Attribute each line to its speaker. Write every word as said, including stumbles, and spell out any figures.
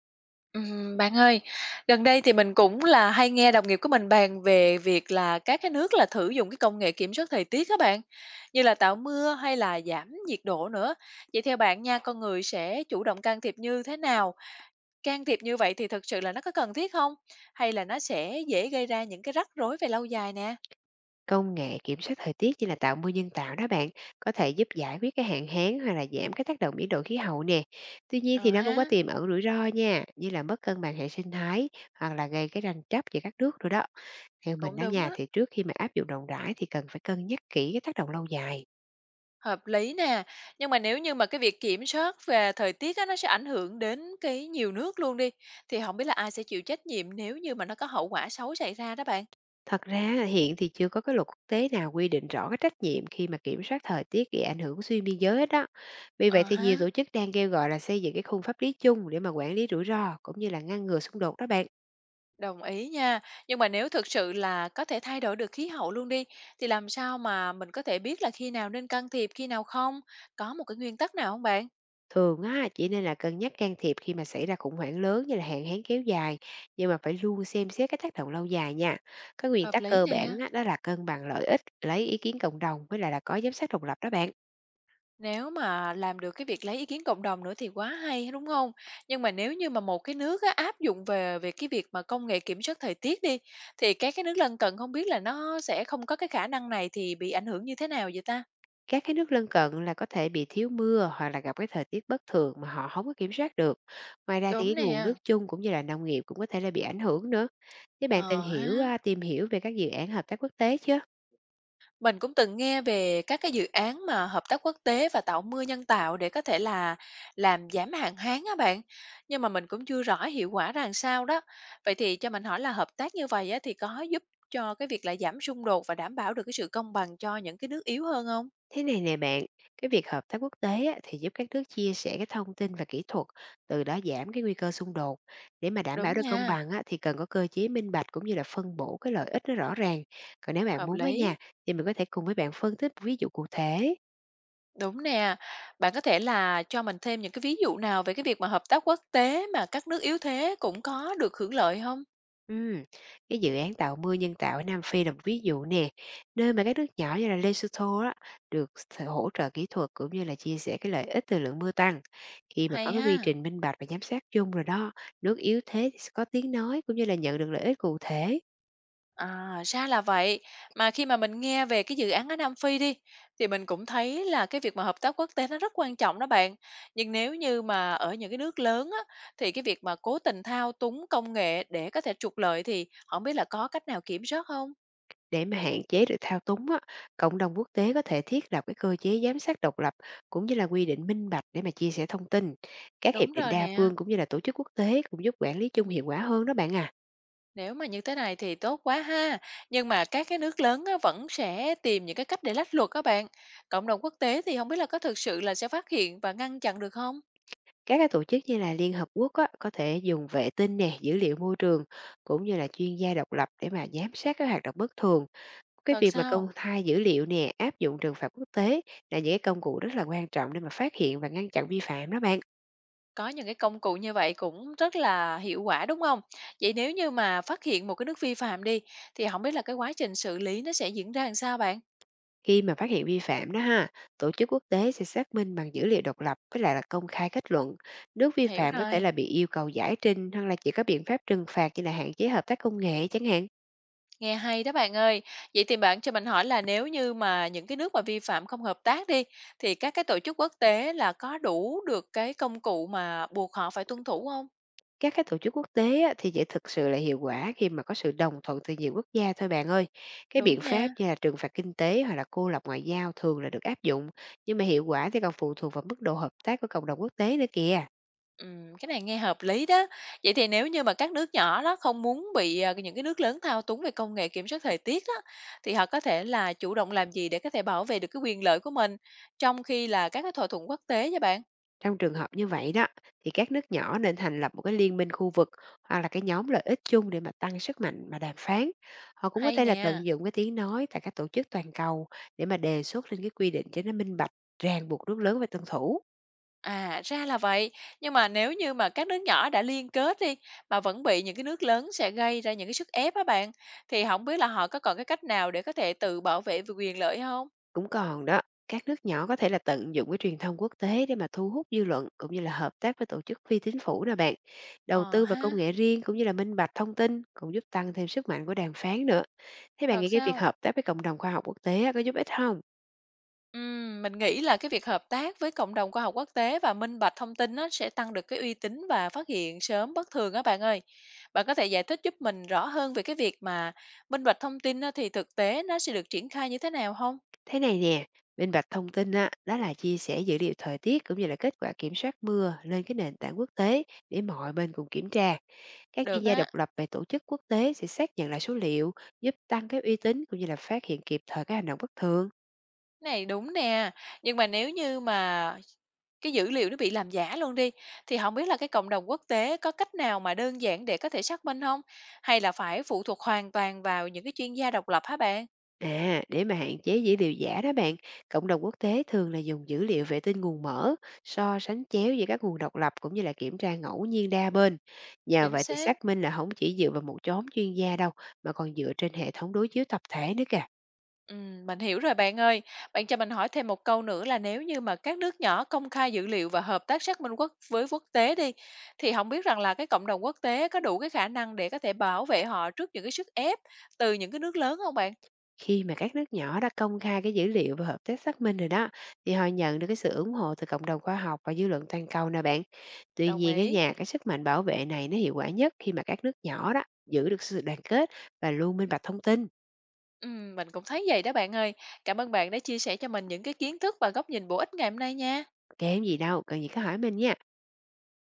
Speaker 1: Ừm, bạn ơi, gần đây thì mình cũng là hay nghe đồng nghiệp của mình bàn về việc là các cái nước là thử dụng cái công nghệ kiểm soát thời tiết các bạn, như là tạo mưa hay là giảm nhiệt độ nữa. Vậy theo bạn nha, con người sẽ chủ động can thiệp như thế nào? Can thiệp như vậy thì thực sự là nó có cần thiết không? Hay là nó sẽ dễ gây ra những cái rắc rối về lâu dài nè?
Speaker 2: Công nghệ kiểm soát thời tiết như là tạo mưa nhân tạo đó bạn, có thể giúp giải quyết cái hạn hán hoặc là giảm cái tác động biến đổi khí hậu nè. Tuy nhiên
Speaker 1: Ờ
Speaker 2: thì nó
Speaker 1: ha,
Speaker 2: cũng có tiềm ẩn rủi ro nha, như là mất cân bằng hệ sinh thái hoặc là gây cái tranh chấp giữa các nước rồi đó. Theo mình
Speaker 1: cũng
Speaker 2: đó
Speaker 1: đúng
Speaker 2: nha,
Speaker 1: đó.
Speaker 2: thì trước khi mà áp dụng rộng rãi thì cần phải cân nhắc kỹ cái tác động lâu dài.
Speaker 1: Hợp lý nè, nhưng mà nếu như mà cái việc kiểm soát về thời tiết á, nó sẽ ảnh hưởng đến cái nhiều nước luôn đi, thì không biết là ai sẽ chịu trách nhiệm nếu như mà nó có hậu quả xấu xảy ra đó bạn?
Speaker 2: Thật ra hiện thì chưa có cái luật quốc tế nào quy định rõ cái trách nhiệm khi mà kiểm soát thời tiết gây ảnh hưởng xuyên biên giới hết đó. Vì vậy
Speaker 1: Ờ
Speaker 2: thì nhiều
Speaker 1: ha,
Speaker 2: tổ chức đang kêu gọi là xây dựng cái khung pháp lý chung để mà quản lý rủi ro cũng như là ngăn ngừa xung đột đó bạn.
Speaker 1: đồng ý nha. Nhưng mà nếu thực sự là có thể thay đổi được khí hậu luôn đi, thì làm sao mà mình có thể biết là khi nào nên can thiệp, khi nào không? Có một cái nguyên tắc nào không bạn?
Speaker 2: Thường á, chỉ nên là cân nhắc can thiệp khi mà xảy ra khủng hoảng lớn như là hạn hán kéo dài, nhưng mà phải luôn xem xét cái tác động lâu dài nha. Cái nguyên
Speaker 1: Hợp
Speaker 2: tắc
Speaker 1: lý
Speaker 2: cơ
Speaker 1: nè.
Speaker 2: bản á, đó là cân bằng lợi ích, lấy ý kiến cộng đồng với lại là có giám sát độc lập đó bạn.
Speaker 1: Nếu mà làm được cái việc lấy ý kiến cộng đồng nữa thì quá hay, đúng không? Nhưng mà nếu như mà một cái nước á, áp dụng về về cái việc mà công nghệ kiểm soát thời tiết đi, thì các cái nước lân cận không biết là nó sẽ không có cái khả năng này thì bị ảnh hưởng như thế nào vậy ta?
Speaker 2: Các cái nước lân cận là có thể bị thiếu mưa hoặc là gặp cái thời tiết bất thường mà họ không có kiểm soát được. Ngoài ra thì
Speaker 1: Đúng
Speaker 2: cái nguồn
Speaker 1: nè,
Speaker 2: nước chung cũng như là nông nghiệp cũng có thể là bị ảnh hưởng nữa. Thế
Speaker 1: ờ
Speaker 2: bạn từng hiểu,
Speaker 1: ha.
Speaker 2: à, tìm hiểu về các dự án hợp tác quốc tế chưa?
Speaker 1: Mình cũng từng nghe về các cái dự án mà hợp tác quốc tế và tạo mưa nhân tạo để có thể là làm giảm hạn hán á bạn. Nhưng mà mình cũng chưa rõ hiệu quả ra làm sao đó. Vậy thì cho mình hỏi là hợp tác như vậy á, thì có giúp cho cái việc là giảm xung đột và đảm bảo được cái sự công bằng cho những cái nước yếu hơn không?
Speaker 2: Thế này nè bạn, cái việc hợp tác quốc tế á, thì giúp các nước chia sẻ cái thông tin và kỹ thuật, từ đó giảm cái nguy cơ xung đột. Để mà đảm
Speaker 1: Đúng
Speaker 2: bảo được công
Speaker 1: nha,
Speaker 2: bằng á, thì cần có cơ chế minh bạch cũng như là phân bổ cái lợi ích nó rõ ràng. Còn nếu bạn
Speaker 1: hợp
Speaker 2: muốn á
Speaker 1: lý.
Speaker 2: nha, thì mình có thể cùng với bạn phân tích ví dụ cụ thể.
Speaker 1: Đúng nè. Bạn có thể là cho mình thêm những cái ví dụ nào về cái việc mà hợp tác quốc tế mà các nước yếu thế cũng có được hưởng lợi không?
Speaker 2: Ừm, cái dự án tạo mưa nhân tạo ở Nam Phi là một ví dụ nè, nơi mà các nước nhỏ như là Lesotho á, được s- hỗ trợ kỹ thuật cũng như là chia sẻ cái lợi ích từ lượng mưa tăng. Khi mà có
Speaker 1: Hay
Speaker 2: cái quy
Speaker 1: ha.
Speaker 2: trình minh bạch và giám sát chung rồi đó, nước yếu thế thì sẽ có tiếng nói cũng như là nhận được lợi ích cụ thể.
Speaker 1: À, ra là vậy. Mà khi mà mình nghe về cái dự án ở Nam Phi đi, thì mình cũng thấy là cái việc mà hợp tác quốc tế nó rất quan trọng đó bạn. Nhưng nếu như mà ở những cái nước lớn á, thì cái việc mà cố tình thao túng công nghệ để có thể trục lợi thì không biết là có cách nào kiểm soát không?
Speaker 2: Để mà hạn chế được thao túng á, cộng đồng quốc tế có thể thiết lập cái cơ chế giám sát độc lập cũng như là quy định minh bạch để mà chia sẻ thông tin. Các hiệp
Speaker 1: Đúng
Speaker 2: định
Speaker 1: rồi
Speaker 2: đa
Speaker 1: nè.
Speaker 2: phương cũng như là tổ chức quốc tế cũng giúp quản lý chung hiệu quả hơn đó bạn à.
Speaker 1: Nếu mà như thế này thì tốt quá ha. Nhưng mà các cái nước lớn á, vẫn sẽ tìm những cái cách để lách luật các bạn. Cộng đồng quốc tế thì không biết là có thực sự là sẽ phát hiện và ngăn chặn được không?
Speaker 2: Các cái tổ chức như là Liên Hợp Quốc á, có thể dùng vệ tinh nè, dữ liệu môi trường cũng như là chuyên gia độc lập để mà giám sát các hoạt động bất thường. Cái
Speaker 1: Thật
Speaker 2: việc mà
Speaker 1: sao?
Speaker 2: công khai dữ liệu nè, áp dụng trừng phạt quốc tế là những cái công cụ rất là quan trọng để mà phát hiện và ngăn chặn vi phạm đó bạn.
Speaker 1: Có những cái công cụ như vậy cũng rất là hiệu quả, đúng không? Vậy nếu như mà phát hiện một cái nước vi phạm đi, thì không biết là cái quá trình xử lý nó sẽ diễn ra làm sao bạn?
Speaker 2: Khi mà phát hiện vi phạm đó ha, tổ chức quốc tế sẽ xác minh bằng dữ liệu độc lập với lại là công khai kết luận. Nước vi
Speaker 1: Hiểu
Speaker 2: phạm có thể
Speaker 1: rồi,
Speaker 2: là bị yêu cầu giải trình hoặc là chỉ có biện pháp trừng phạt như là hạn chế hợp tác công nghệ chẳng hạn.
Speaker 1: nghe hay đó bạn ơi. Vậy thì bạn cho mình hỏi là nếu như mà những cái nước mà vi phạm không hợp tác đi, thì các cái tổ chức quốc tế là có đủ được cái công cụ mà buộc họ phải tuân thủ không?
Speaker 2: Các cái tổ chức quốc tế á, thì chỉ thực sự là hiệu quả khi mà có sự đồng thuận từ nhiều quốc gia thôi bạn ơi. Cái biện
Speaker 1: Đúng
Speaker 2: pháp
Speaker 1: nha.
Speaker 2: như là trừng phạt kinh tế hoặc là cô lập ngoại giao thường là được áp dụng, nhưng mà hiệu quả thì còn phụ thuộc vào mức độ hợp tác của cộng đồng quốc tế nữa kìa.
Speaker 1: Ừm, cái này nghe hợp lý đó. Vậy thì nếu như mà các nước nhỏ đó không muốn bị, à, những cái nước lớn thao túng về công nghệ kiểm soát thời tiết đó, thì họ có thể là chủ động làm gì để có thể bảo vệ được cái quyền lợi của mình trong khi là các cái thỏa thuận quốc tế nha bạn?
Speaker 2: Trong trường hợp như vậy đó, thì các nước nhỏ nên thành lập một cái liên minh khu vực hoặc là cái nhóm lợi ích chung để mà tăng sức mạnh mà đàm phán. Họ cũng có
Speaker 1: Hay
Speaker 2: thể là
Speaker 1: nè.
Speaker 2: tận dụng cái tiếng nói tại các tổ chức toàn cầu để mà đề xuất lên cái quy định cho nó minh bạch, ràng buộc nước lớn phải tuân thủ.
Speaker 1: À, ra là vậy. Nhưng mà nếu như mà các nước nhỏ đã liên kết đi mà vẫn bị những cái nước lớn sẽ gây ra những cái sức ép á bạn, thì không biết là họ có còn cái cách nào để có thể tự bảo vệ về quyền lợi không?
Speaker 2: Cũng còn đó, các nước nhỏ có thể là tận dụng cái truyền thông quốc tế để mà thu hút dư luận cũng như là hợp tác với tổ chức phi chính phủ nè bạn. Đầu
Speaker 1: Ờ
Speaker 2: tư vào
Speaker 1: ha,
Speaker 2: công nghệ riêng cũng như là minh bạch thông tin cũng giúp tăng thêm sức mạnh của đàm phán nữa. Thế bạn
Speaker 1: thật
Speaker 2: nghĩ cái việc
Speaker 1: sao?
Speaker 2: hợp tác với cộng đồng khoa học quốc tế á, có giúp ích không?
Speaker 1: Ừm, mình nghĩ là cái việc hợp tác với cộng đồng khoa học quốc tế và minh bạch thông tin nó sẽ tăng được cái uy tín và phát hiện sớm bất thường á bạn ơi. Bạn có thể giải thích giúp mình rõ hơn về cái việc mà minh bạch thông tin á, thì thực tế nó sẽ được triển khai như thế nào không?
Speaker 2: Thế này nè, minh bạch thông tin á, đó là chia sẻ dữ liệu thời tiết cũng như là kết quả kiểm soát mưa lên cái nền tảng quốc tế để mọi bên cùng kiểm tra. Các chuyên
Speaker 1: Được
Speaker 2: gia
Speaker 1: á,
Speaker 2: độc lập về tổ chức quốc tế sẽ xác nhận lại số liệu, giúp tăng cái uy tín cũng như là phát hiện kịp thời các hành động bất thường.
Speaker 1: cái này đúng nè. Nhưng mà nếu như mà cái dữ liệu nó bị làm giả luôn đi thì không biết là cái cộng đồng quốc tế có cách nào mà đơn giản để có thể xác minh không? Hay là phải phụ thuộc hoàn toàn vào những cái chuyên gia độc lập hả bạn?
Speaker 2: À, để mà hạn chế dữ liệu giả đó bạn, cộng đồng quốc tế thường là dùng dữ liệu vệ tinh nguồn mở, so sánh chéo giữa các nguồn độc lập cũng như là kiểm tra ngẫu nhiên đa bên. Nhờ
Speaker 1: Chính
Speaker 2: vậy thì
Speaker 1: xác.
Speaker 2: xác minh là không chỉ dựa vào một nhóm chuyên gia đâu, mà còn dựa trên hệ thống đối chiếu tập thể nữa kìa.
Speaker 1: Ừm, mình hiểu rồi bạn ơi. Bạn cho mình hỏi thêm một câu nữa là nếu như mà các nước nhỏ công khai dữ liệu và hợp tác xác minh quốc với quốc tế đi, thì không biết rằng là cái cộng đồng quốc tế có đủ cái khả năng để có thể bảo vệ họ trước những cái sức ép từ những cái nước lớn không bạn?
Speaker 2: Khi mà các nước nhỏ đã công khai cái dữ liệu và hợp tác xác minh rồi đó, thì họ nhận được cái sự ủng hộ từ cộng đồng khoa học và dư luận toàn cầu nè bạn. Tuy
Speaker 1: Đồng
Speaker 2: nhiên ở
Speaker 1: ý.
Speaker 2: nhà, cái sức mạnh bảo vệ này nó hiệu quả nhất khi mà các nước nhỏ đó giữ được sự đoàn kết và luôn minh bạch thông tin.
Speaker 1: Ừm, mình cũng thấy vậy đó bạn ơi. Cảm ơn bạn đã chia sẻ cho mình những cái kiến thức và góc nhìn bổ ích ngày hôm nay nha.
Speaker 2: Kém gì đâu, cần gì cứ hỏi mình nha.